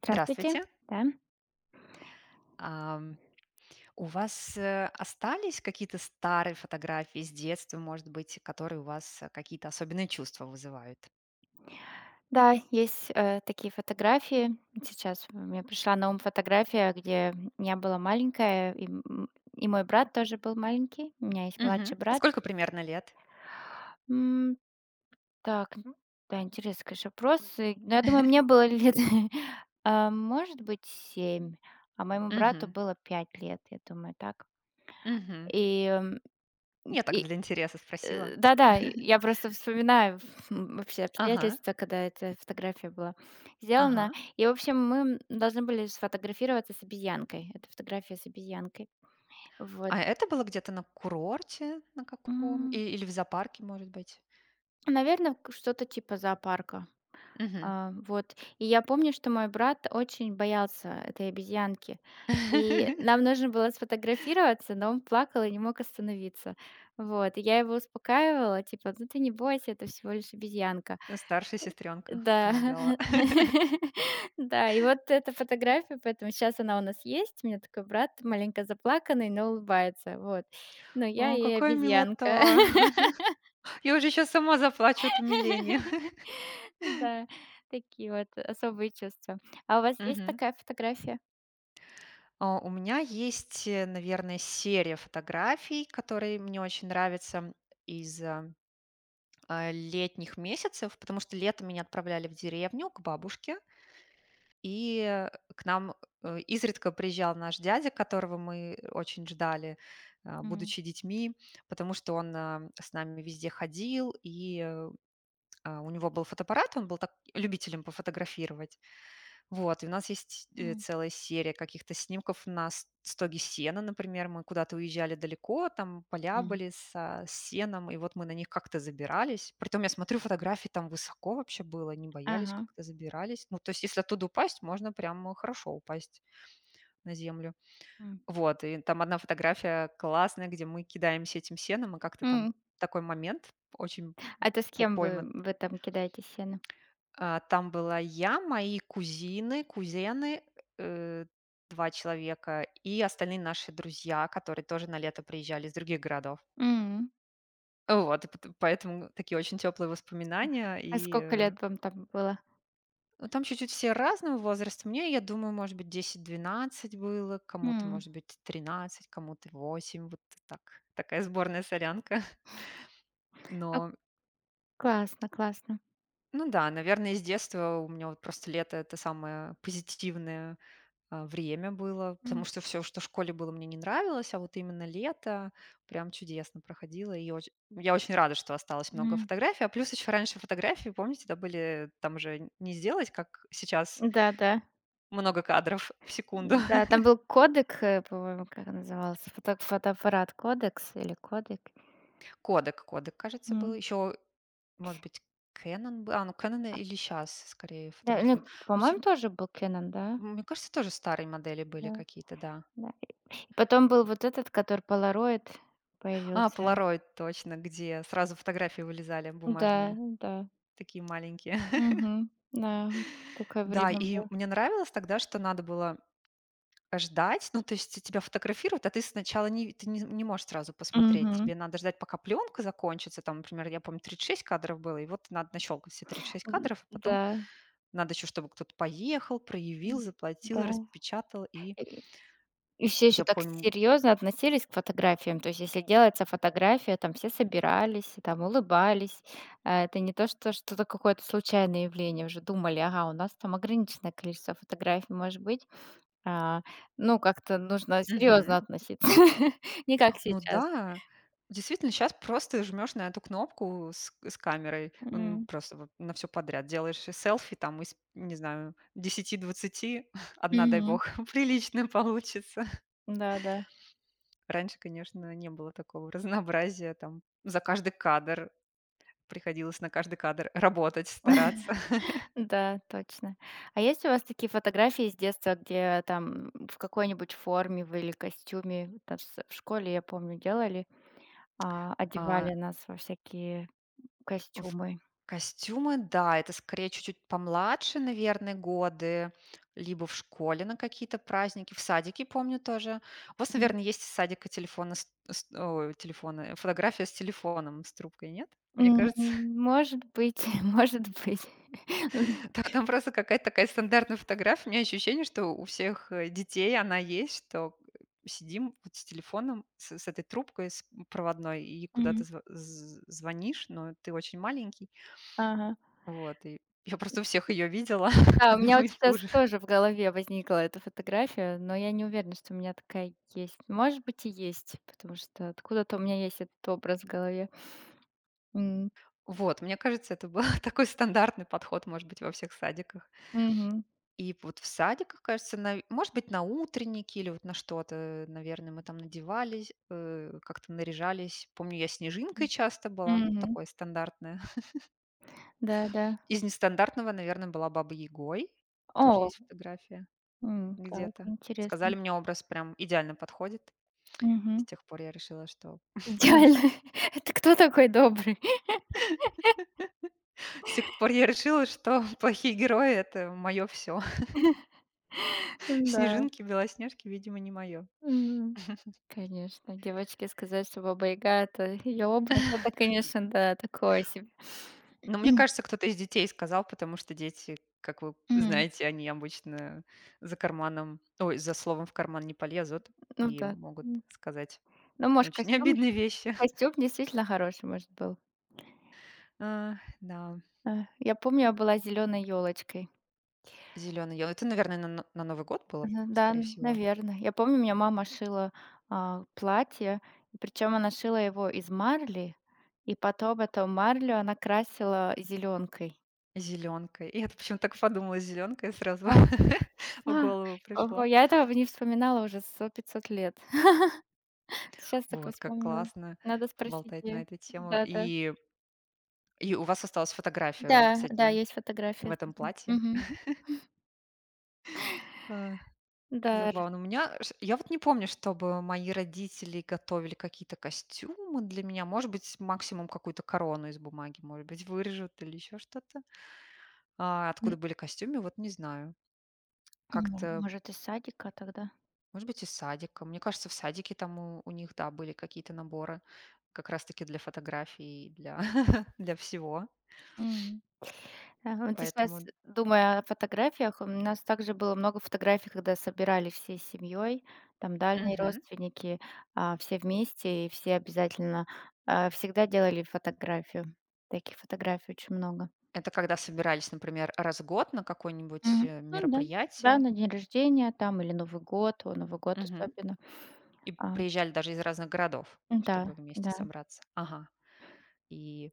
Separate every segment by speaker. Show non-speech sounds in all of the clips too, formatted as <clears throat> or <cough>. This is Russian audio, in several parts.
Speaker 1: Здравствуйте,
Speaker 2: Здравствуйте.
Speaker 1: да.
Speaker 2: Ам, у вас остались какие-то старые фотографии с детства, может быть, которые у вас какие-то особенные чувства вызывают?
Speaker 1: Да, есть, такие фотографии. Сейчас мне пришла на ум фотография, где я была маленькая, и мой брат тоже был маленький. У меня есть
Speaker 2: Мгм.
Speaker 1: младший
Speaker 2: А
Speaker 1: брат.
Speaker 2: сколько примерно лет?
Speaker 1: Так, ну да, интересный, конечно, вопрос. И, ну, я думаю, мне было лет, <laughs> а, может быть, 7, а моему брату
Speaker 2: Мгм.
Speaker 1: было 5 лет, я думаю, так.
Speaker 2: Мгм.
Speaker 1: И, м,
Speaker 2: Я так
Speaker 1: и,
Speaker 2: для интереса спросила.
Speaker 1: да-да, и я
Speaker 2: <laughs>
Speaker 1: просто вспоминаю <laughs> вообще
Speaker 2: Ага,
Speaker 1: обстоятельства, когда эта фотография была сделана.
Speaker 2: ага.
Speaker 1: И, в общем, мы должны были сфотографироваться с обезьянкой. Это фотография с обезьянкой. Вот.
Speaker 2: А это было где-то на курорте на каком? И-
Speaker 1: Наверное,
Speaker 2: или в зоопарке, может быть?
Speaker 1: что-то типа зоопарка.
Speaker 2: Мгм.
Speaker 1: А, вот. И я помню, что мой брат очень боялся этой обезьянки. И
Speaker 2: <laughs>
Speaker 1: нам нужно было сфотографироваться, но он плакал и не мог остановиться. Вот. И я его успокаивала, типа, ну ты не бойся, это всего лишь обезьянка.
Speaker 2: Ну, старшая сестренка
Speaker 1: Да.
Speaker 2: помогала. <laughs>
Speaker 1: <laughs> Да, и вот эта фотография, поэтому сейчас она у нас есть. У меня такой брат маленько заплаканный, но улыбается. Вот. Но я
Speaker 2: О,
Speaker 1: и
Speaker 2: какая
Speaker 1: обезьянка.
Speaker 2: милота. <laughs>
Speaker 1: <laughs>
Speaker 2: Я уже сейчас сама заплачу от умиления.
Speaker 1: <laughs>
Speaker 2: <laughs>
Speaker 1: Да, такие вот особые чувства. А у вас есть
Speaker 2: Мгм.
Speaker 1: такая фотография?
Speaker 2: У меня есть, наверное, серия фотографий, которые мне очень нравятся из, летних месяцев, потому что летом меня отправляли в деревню к бабушке, и, к нам, изредка приезжал наш дядя, которого мы очень ждали,
Speaker 1: М.
Speaker 2: будучи детьми, потому что он, с нами везде ходил, и, у него был фотоаппарат, он был так любителем пофотографировать. Вот, и у нас есть,
Speaker 1: М.
Speaker 2: целая серия каких-то снимков на с стоге сена, например. Мы куда-то уезжали далеко, там поля
Speaker 1: М.
Speaker 2: были со с сеном, и вот мы на них как-то забирались. Притом я смотрю, фотографии там высоко вообще было, не боялись,
Speaker 1: Ага.
Speaker 2: как-то забирались. Ну, то есть если оттуда упасть, можно прям хорошо упасть на землю.
Speaker 1: М.
Speaker 2: Вот, и там одна фотография классная, где мы кидаемся этим сеном, и как-то там
Speaker 1: М.
Speaker 2: такой момент очень
Speaker 1: А это с
Speaker 2: по
Speaker 1: кем вы
Speaker 2: пойман.
Speaker 1: вы там кидаете сено?
Speaker 2: Там была я, мои кузины, кузены, э, 2 человека и остальные наши друзья, которые тоже на лето приезжали из других городов.
Speaker 1: М.
Speaker 2: Вот, и пот поэтому такие очень теплые воспоминания.
Speaker 1: А
Speaker 2: И,
Speaker 1: сколько лет вам там было?
Speaker 2: ну, там чуть-чуть все разного возраста. Мне, я думаю, может быть, 10-12 было, кому-то,
Speaker 1: М.
Speaker 2: может быть, 13, кому-то 8, вот так. Такая сборная солянка. <laughs>
Speaker 1: А,
Speaker 2: Но,
Speaker 1: классно, классно.
Speaker 2: ну да, наверное, с детства у меня вот просто лето- это самое позитивное время было, потому
Speaker 1: М.
Speaker 2: что все, что в школе было, мне не нравилось, а вот именно лето прям чудесно проходило. И оч я очень рада, что осталось много
Speaker 1: Мгм.
Speaker 2: фотографий. А плюс еще раньше фотографии, помните, да, были там же не сделать, как сейчас,
Speaker 1: Да-да.
Speaker 2: много кадров в
Speaker 1: Да,
Speaker 2: секунду.
Speaker 1: да,
Speaker 2: <laughs>
Speaker 1: там был кодек, по-моему, как он назывался, фотоаппарат "Кодекс" или "Кодек".
Speaker 2: Кодек, кажется, был.
Speaker 1: М.
Speaker 2: Еще, может быть, Canon был. Ну, Canon или сейчас скорее
Speaker 1: Да, ну,
Speaker 2: фотографируют. В
Speaker 1: по-моему,
Speaker 2: общем,
Speaker 1: тоже был "Кэнон", да?
Speaker 2: мне кажется, тоже старые модели были
Speaker 1: Да.
Speaker 2: какие-то, да.
Speaker 1: Да. И потом был вот этот, который Polaroid
Speaker 2: А,
Speaker 1: появился.
Speaker 2: Polaroid, точно, где сразу фотографии вылезали
Speaker 1: Да,
Speaker 2: бумажные,
Speaker 1: да.
Speaker 2: такие маленькие.
Speaker 1: Мгм. Да, такое
Speaker 2: Да,
Speaker 1: время
Speaker 2: и
Speaker 1: было.
Speaker 2: мне нравилось тогда, что надо было ждать. Ну, то есть тебя фотографируют, а ты сначала не, ты не, не можешь сразу посмотреть.
Speaker 1: Мгм.
Speaker 2: Тебе надо ждать, пока пленка закончится. Там, например, я помню, 36 кадров было, и вот надо нащелкать все 36
Speaker 1: М,
Speaker 2: кадров, а потом
Speaker 1: да.
Speaker 2: надо еще, чтобы кто-то поехал, проявил,
Speaker 1: М, да.
Speaker 2: заплатил, распечатал. И
Speaker 1: И и все еще
Speaker 2: я
Speaker 1: так
Speaker 2: помню.
Speaker 1: серьезно относились к фотографиям. То есть, если делается фотография, там все собирались, и там улыбались. А, это не то, что что-то какое-то случайное явление. Уже думали: "Ага, у нас там ограниченное количество фотографий может быть". А, ну, как-то нужно серьезно
Speaker 2: Мгм.
Speaker 1: относиться. <laughs> Не как
Speaker 2: Ну
Speaker 1: сейчас.
Speaker 2: да, действительно, сейчас просто жмешь на эту кнопку с камерой,
Speaker 1: М.
Speaker 2: просто вот на все подряд делаешь и селфи там из, не знаю, 10-20 <laughs> одна, дай
Speaker 1: Мгм.
Speaker 2: бог, <laughs> приличная получится.
Speaker 1: Да-да.
Speaker 2: Раньше, конечно, не было такого разнообразия, там за каждый кадр приходилось на каждый кадр работать, стараться.
Speaker 1: Да, да, точно. А есть у вас такие фотографии с детства, где там в какой-нибудь форме вы или костюме, там с в школе, я помню, делали, одевали
Speaker 2: <laughs>
Speaker 1: нас во всякие
Speaker 2: В
Speaker 1: костюмы?
Speaker 2: костюмы, да, это скорее чуть-чуть помладше, наверное, годы, либо в школе на какие-то праздники, в садике, помню, тоже. У вас,
Speaker 1: М.
Speaker 2: наверное, есть из садика телефоны, ой, телефоны, фотография с телефоном, с трубкой, нет? Мне кажется,
Speaker 1: М, может быть, <laughs> может быть.
Speaker 2: <laughs>
Speaker 1: <laughs>
Speaker 2: там просто какая-то такая стандартная фотография. У меня ощущение, что у всех детей она есть, что сидим вот с телефоном, с этой трубкой с проводной, и куда-то
Speaker 1: М,
Speaker 2: звонишь, но ты очень маленький,
Speaker 1: ага.
Speaker 2: вот, и я просто у всех ее видела, <laughs>
Speaker 1: Да, у меня
Speaker 2: одну
Speaker 1: вот
Speaker 2: и ту
Speaker 1: сейчас
Speaker 2: же.
Speaker 1: тоже в голове возникла эта фотография, но я не уверена, что у меня такая есть. Может быть, и есть, потому что откуда-то у меня есть этот образ в голове.
Speaker 2: Вот, мне кажется, это был <laughs> такой стандартный подход, может быть, во всех садиках.
Speaker 1: Мгм.
Speaker 2: И вот в садиках, кажется, может быть, на утренники или вот на что-то, наверное, мы там надевались, как-то наряжались. Помню, я снежинкой
Speaker 1: М.
Speaker 2: часто была, ну,
Speaker 1: Мгм.
Speaker 2: такое стандартное. <laughs>
Speaker 1: Да-да.
Speaker 2: Из нестандартного, наверное, была Баба Ягой. Тоже
Speaker 1: О,
Speaker 2: есть фотография
Speaker 1: так,
Speaker 2: где-то. Сказали,
Speaker 1: интересно.
Speaker 2: мне образ прям идеально подходит. С
Speaker 1: Мгм.
Speaker 2: тех пор я решила, что <laughs> не
Speaker 1: Идеально. <laughs> Это кто такой добрый?
Speaker 2: С тех пор я решила, что <laughs> плохие герои- это мое все.
Speaker 1: <laughs>
Speaker 2: <laughs>
Speaker 1: Да.
Speaker 2: Снежинки, белоснежки, видимо, не мое.
Speaker 1: Мгм. Конечно, девочке сказать, что баба Яга — это её образ, это, конечно, да, такое себе.
Speaker 2: Но мне
Speaker 1: <clears throat>
Speaker 2: кажется, кто-то из детей сказал, потому что дети, как вы
Speaker 1: М,
Speaker 2: знаете, они обычно за карманом ой, за словом в карман не полезут
Speaker 1: ну
Speaker 2: и
Speaker 1: да.
Speaker 2: могут
Speaker 1: М.
Speaker 2: сказать
Speaker 1: Ну, может,
Speaker 2: очень <laughs>
Speaker 1: костюм
Speaker 2: обидные вещи. <laughs>
Speaker 1: костюм действительно хороший, может, был.
Speaker 2: Да,
Speaker 1: Я помню, я была зеленой елочкой.
Speaker 2: зеленый. Это, наверное, на Новый год было,
Speaker 1: Мгм. Да,
Speaker 2: скорее всего.
Speaker 1: наверное. Я помню, у меня мама шила, платье, и причем она шила его из марли, и потом эту марлю она красила зеленкой.
Speaker 2: "Зелёнка". Я почему-то так подумала: зеленка, и сразу
Speaker 1: А.
Speaker 2: <laughs> в
Speaker 1: А,
Speaker 2: голову
Speaker 1: ого,
Speaker 2: пришло.
Speaker 1: я этого не вспоминала уже 100 500 лет. <laughs> Сейчас только
Speaker 2: Вот, как
Speaker 1: вспомнила.
Speaker 2: классно
Speaker 1: Надо спросить
Speaker 2: поболтать на
Speaker 1: ее.
Speaker 2: эту тему.
Speaker 1: Да-да.
Speaker 2: И у вас осталась
Speaker 1: Да,
Speaker 2: фотография с
Speaker 1: да, да,
Speaker 2: этим
Speaker 1: есть
Speaker 2: в
Speaker 1: фотография с
Speaker 2: этом
Speaker 1: этим.
Speaker 2: платье?
Speaker 1: Мгм.
Speaker 2: А,
Speaker 1: Да,
Speaker 2: забавно. У меня ш я вот не помню, чтобы мои родители готовили какие-то костюмы для меня. Может быть, максимум какую-то корону из бумаги, может быть, вырежут или еще что-то. А
Speaker 1: м,
Speaker 2: откуда были костюмы, вот не знаю. Как-то,
Speaker 1: может, из садика тогда.
Speaker 2: может быть, из садика. Мне кажется, в садике там у них, да, были какие-то наборы как раз таки для фотографий и для <laughs> для всего.
Speaker 1: М. Ага, вот ты сейчас,
Speaker 2: Поэтому
Speaker 1: думая о фотографиях, у нас также было много фотографий, когда собирались всей семьей, там дальние
Speaker 2: мгм.
Speaker 1: родственники, все вместе, и все обязательно, всегда делали фотографию. Таких фотографий очень много.
Speaker 2: Это когда собирались, например, раз в год на какое-нибудь,
Speaker 1: Мгм. Ну да. Да,
Speaker 2: мероприятие?
Speaker 1: на день рождения там или Новый год, Новый год
Speaker 2: Мгм.
Speaker 1: особенно.
Speaker 2: И
Speaker 1: А,
Speaker 2: приезжали даже из разных городов,
Speaker 1: да,
Speaker 2: чтобы вместе
Speaker 1: да.
Speaker 2: собраться. Ага. И,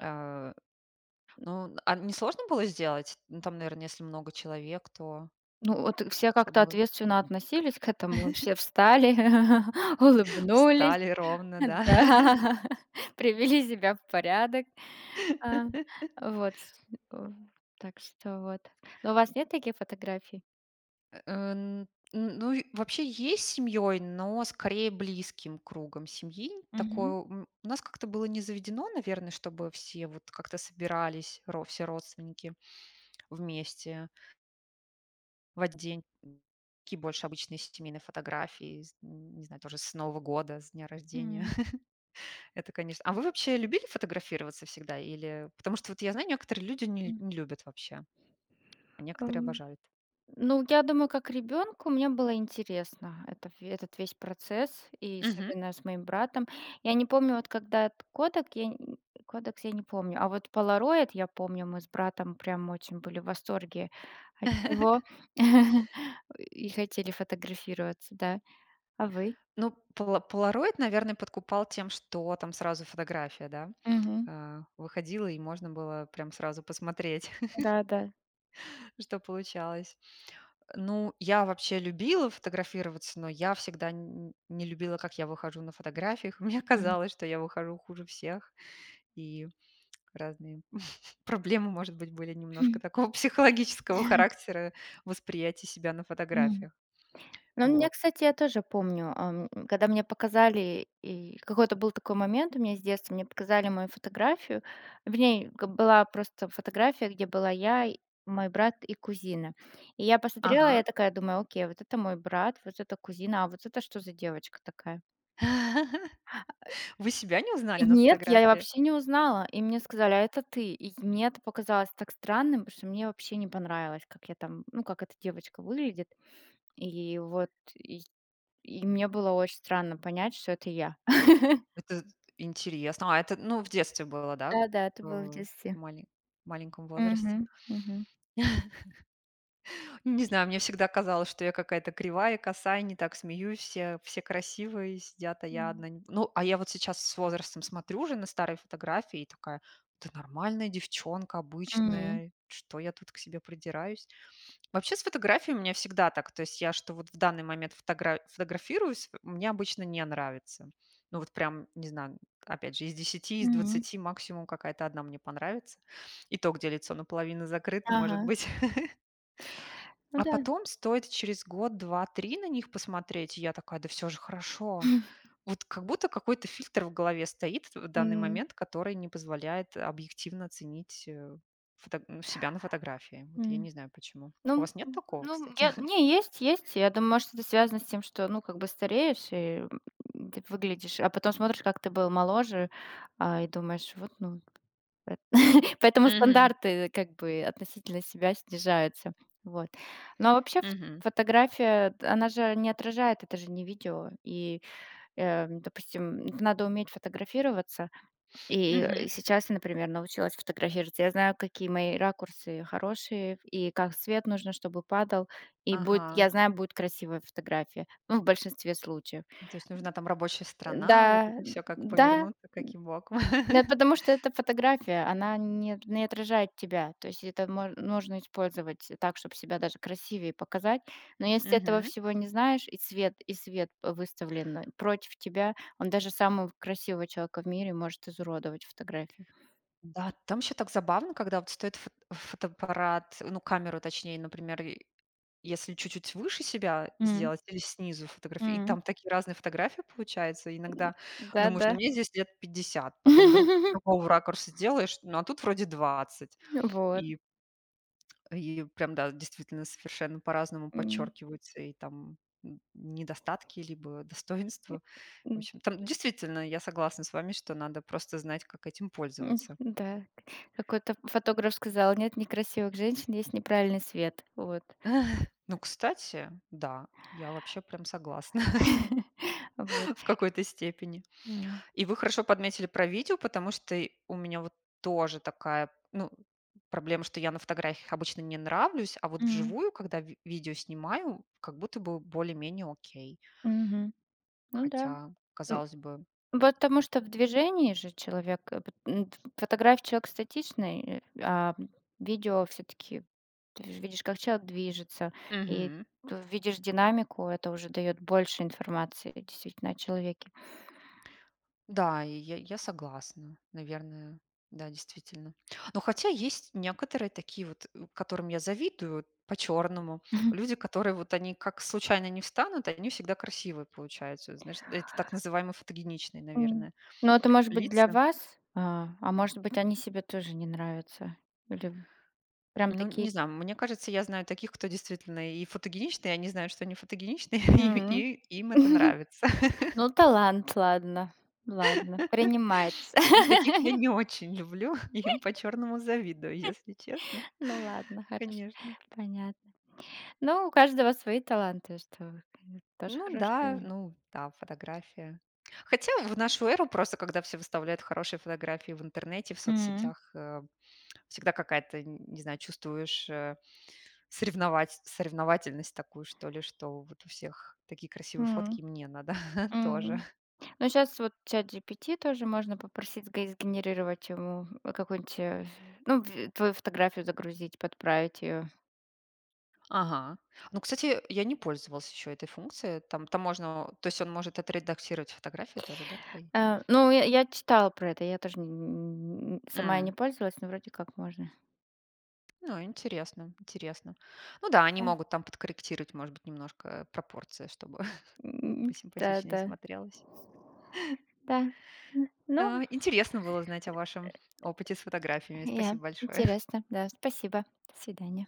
Speaker 2: э, ну, а не сложно было сделать? Ну, там, наверное, если много человек, то
Speaker 1: Ну, вот
Speaker 2: ш
Speaker 1: все как-то
Speaker 2: чтобы
Speaker 1: ответственно относились к этому.
Speaker 2: <laughs>
Speaker 1: Все встали, <laughs> улыбнулись. <laughs>
Speaker 2: встали ровно, да?
Speaker 1: Да, <laughs> привели себя в порядок. А,
Speaker 2: <laughs>
Speaker 1: вот, э, так что вот. Но у вас нет таких фотографий?
Speaker 2: Э, н Ну, и вообще есть семьей, но скорее близким кругом семьи.
Speaker 1: Мгм.
Speaker 2: Такое, у нас как-то было не заведено, наверное, чтобы все вот как-то собирались, ро все родственники вместе в один день. Такие больше обычные семейные фотографии, с н не знаю, тоже с Нового года, с дня рождения.
Speaker 1: М.
Speaker 2: <laughs> Это, конечно. А вы вообще любили фотографироваться всегда или потому что вот я знаю, некоторые люди не
Speaker 1: М,
Speaker 2: не любят вообще, а некоторые
Speaker 1: эм,
Speaker 2: обожают.
Speaker 1: ну, я думаю, как ребенку мне было интересно это в этот весь процесс, и
Speaker 2: Мгм.
Speaker 1: особенно с моим братом. Я не помню, вот когда этот кодек, я н кодекс я не помню, а вот полароид я помню, мы с братом прям очень были в восторге от него <laughs> и хотели фотографироваться, да. А вы?
Speaker 2: Ну, полароид, наверное, подкупал тем, что там сразу фотография, да,
Speaker 1: Мгм.
Speaker 2: выходила, и можно было прям сразу посмотреть,
Speaker 1: Да-да.
Speaker 2: <laughs> что получалось. Ну, я вообще любила фотографироваться, но я всегда н не любила, как я выхожу на фотографиях. <laughs> Мне
Speaker 1: Мгм.
Speaker 2: казалось, что я выхожу хуже всех, и разные <laughs> проблемы, может быть, были немножко
Speaker 1: <clears throat>
Speaker 2: такого <laughs> психологического характера восприятия себя на
Speaker 1: М.
Speaker 2: фотографиях.
Speaker 1: Ну, у меня,
Speaker 2: Вот.
Speaker 1: кстати, я тоже помню, когда мне показали, и какой-то был такой момент у меня с детства, мне показали мою фотографию. В ней г Была просто фотография, где была я, и мой брат и кузина. И я посмотрела,
Speaker 2: Ага.
Speaker 1: я
Speaker 2: <laughs>
Speaker 1: такая думаю: "Окей, вот это мой брат, вот это кузина, а вот это что за девочка такая?"
Speaker 2: Вы себя не узнали
Speaker 1: И
Speaker 2: на
Speaker 1: нет, я
Speaker 2: фотографии?
Speaker 1: вообще не узнала. И мне сказали: "А это ты". И мне это показалось так странным, потому что мне вообще не понравилось, как я там, ну, как эта девочка выглядит. И вот и и мне было очень странно понять, что это я. <laughs>
Speaker 2: Это интересно. А это, ну, в детстве было, да?
Speaker 1: Да-да, это
Speaker 2: Э,
Speaker 1: было в
Speaker 2: В
Speaker 1: детстве.
Speaker 2: мале маленьком
Speaker 1: Мгм,
Speaker 2: возрасте?
Speaker 1: мгм.
Speaker 2: Ну, не знаю, мне всегда казалось, что я какая-то кривая, косая, не так смеюсь, все красивые сидят, а я
Speaker 1: М.
Speaker 2: одна не. Ну, а я вот сейчас с возрастом смотрю уже на старые фотографии и такая: "Да нормальная девчонка,
Speaker 1: М,
Speaker 2: обычная, что я тут к себе придираюсь?" Вообще с фотографией у меня всегда так. То есть я, что вот в данный момент фотографируюсь, мне обычно не нравится. Ну вот прям, не знаю, опять же, из десяти, из
Speaker 1: м.
Speaker 2: 20 максимум какая-то одна мне понравится. И то, где лицо наполовину закрыто, может
Speaker 1: Ага.
Speaker 2: быть. <laughs>
Speaker 1: Ну
Speaker 2: А
Speaker 1: да.
Speaker 2: потом стоит через год, два, три на них посмотреть, и я такая, да все же хорошо.
Speaker 1: <laughs>
Speaker 2: Вот как будто какой-то фильтр в голове стоит в данный
Speaker 1: М,
Speaker 2: момент, который не позволяет объективно оценить ну, себя на фотографии. Вот я
Speaker 1: м.
Speaker 2: не знаю почему.
Speaker 1: Ну,
Speaker 2: У вас нет
Speaker 1: м,
Speaker 2: такого,
Speaker 1: ну,
Speaker 2: кстати?
Speaker 1: я не, есть. Я думаю, может, это связано с тем, что, ну, как бы стареешь и, ты выглядишь, а потом смотришь, как ты был моложе, и думаешь: "Вот, ну". Поэт <laughs> поэтому
Speaker 2: Мгм,
Speaker 1: стандарты, как бы, относительно себя снижаются. Вот. Ну, а вообще ф
Speaker 2: мгм,
Speaker 1: фотография, она же не отражает, это же не видео. И, допустим, надо уметь фотографироваться. И
Speaker 2: мгм.
Speaker 1: сейчас я, например, научилась фотографироваться. Я знаю, какие мои ракурсы хорошие и как свет нужно, чтобы падал. И будет я
Speaker 2: Ага.
Speaker 1: знаю, будет красивая фотография, ну, в большинстве случаев.
Speaker 2: Ну, то есть нужна там рабочая
Speaker 1: Да,
Speaker 2: страна, вот это все как
Speaker 1: да,
Speaker 2: повернуться, каким боком.
Speaker 1: да,
Speaker 2: <laughs>
Speaker 1: потому что это фотография, она не отражает тебя. То есть это мож нужно использовать так, чтобы себя даже красивее показать. Но если ты этого
Speaker 2: Мгм.
Speaker 1: всего не знаешь, и цвет и свет п выставлен против тебя, он даже самого красивого человека в мире может изуродовать фотографию.
Speaker 2: Да, там еще так забавно, когда вот стоит фотоаппарат, ну, камеру точнее, например, и если чуть-чуть выше себя
Speaker 1: М,
Speaker 2: сделать или снизу фотографии, и
Speaker 1: м.
Speaker 2: там такие разные фотографии получаются.
Speaker 1: М,
Speaker 2: Иногда думаешь:
Speaker 1: да-да.
Speaker 2: "Ну, мне здесь лет 50, Потом
Speaker 1: <laughs>
Speaker 2: другого ракурса делаешь, ну, а тут вроде 20
Speaker 1: Вот.
Speaker 2: И И прям, да, действительно совершенно по-разному
Speaker 1: М,
Speaker 2: подчеркиваются и там недостатки, либо достоинства. В
Speaker 1: м,
Speaker 2: общем, там действительно я согласна с вами, что надо просто знать, как этим
Speaker 1: м,
Speaker 2: пользоваться.
Speaker 1: да. Какой-то фотограф сказал: "Нет некрасивых женщин, есть неправильный свет". Вот.
Speaker 2: <laughs> Ну, кстати, да, я вообще прям согласна
Speaker 1: <laughs> Вот.
Speaker 2: <laughs> в какой-то степени.
Speaker 1: Да.
Speaker 2: И вы хорошо подметили про видео, потому что и у меня вот тоже такая, ну, проблема, что я на фотографиях обычно не нравлюсь, а вот
Speaker 1: М.
Speaker 2: вживую, когда видео снимаю, как будто бы более-менее окей.
Speaker 1: Мгм. Ну да.
Speaker 2: Хотя,
Speaker 1: М,
Speaker 2: казалось бы.
Speaker 1: вот потому что в движении же человек, фотографии человек статичный, а видео все таки ты же видишь, как человек движется, и
Speaker 2: Мгм.
Speaker 1: т видишь динамику, это уже дает больше информации действительно о человеке.
Speaker 2: Да, и я согласна. Наверное, да, действительно. Но хотя есть некоторые такие вот, которым я завидую по-черному.
Speaker 1: <laughs>
Speaker 2: Люди, которые вот они как случайно не встанут, они всегда красивые получаются. Знаешь, это так называемые фотогеничные,
Speaker 1: М.
Speaker 2: наверное,
Speaker 1: Но это может быть для
Speaker 2: лица.
Speaker 1: вас, а может быть, они себе тоже не нравятся. Или прям
Speaker 2: Ну, не
Speaker 1: такие.
Speaker 2: знаю, мне кажется, я знаю таких, кто действительно и фотогеничные, и они знают, что они фотогеничные, <laughs> и
Speaker 1: М.
Speaker 2: и им это
Speaker 1: <laughs>
Speaker 2: нравится.
Speaker 1: Ну, талант, ладно, принимается.
Speaker 2: Ну,
Speaker 1: <laughs>
Speaker 2: таких я не очень люблю, <laughs> им по-черному завидую, если честно.
Speaker 1: Ну ладно, хорошо,
Speaker 2: Конечно.
Speaker 1: понятно. Ну, у каждого свои таланты, что вы, конечно, тоже
Speaker 2: Ну да,
Speaker 1: хорошие.
Speaker 2: ну да, фотография. Хотя в нашу эру просто, когда все выставляют хорошие фотографии в интернете, в
Speaker 1: М,
Speaker 2: соцсетях, всегда какая-то, не знаю, чувствуешь соревновательность такую, что ли, что вот у всех такие красивые фотки,
Speaker 1: м,
Speaker 2: и мне надо <laughs> тоже.
Speaker 1: м. Ну, сейчас вот ChatGPT тоже можно попросить г сгенерировать ему какую-нибудь, ну, твою фотографию загрузить, подправить ее.
Speaker 2: Ага. Ну, кстати, я не пользовалась еще этой функцией. Там можно, то есть он может отредактировать фотографии тоже, да, твои?
Speaker 1: Ну, я читала про это, я тоже н н сама не
Speaker 2: М,
Speaker 1: пользовалась, но вроде как можно.
Speaker 2: Ну, интересно, интересно. Ну да, они
Speaker 1: Да.
Speaker 2: могут там подкорректировать, может быть, немножко пропорции, чтобы <laughs>
Speaker 1: М,
Speaker 2: посимпатичнее
Speaker 1: да-да,
Speaker 2: смотрелось.
Speaker 1: да. Да.
Speaker 2: А,
Speaker 1: Ну,
Speaker 2: интересно было знать о вашем опыте с фотографиями.
Speaker 1: я
Speaker 2: Спасибо большое.
Speaker 1: интересно, да. Спасибо. До свидания.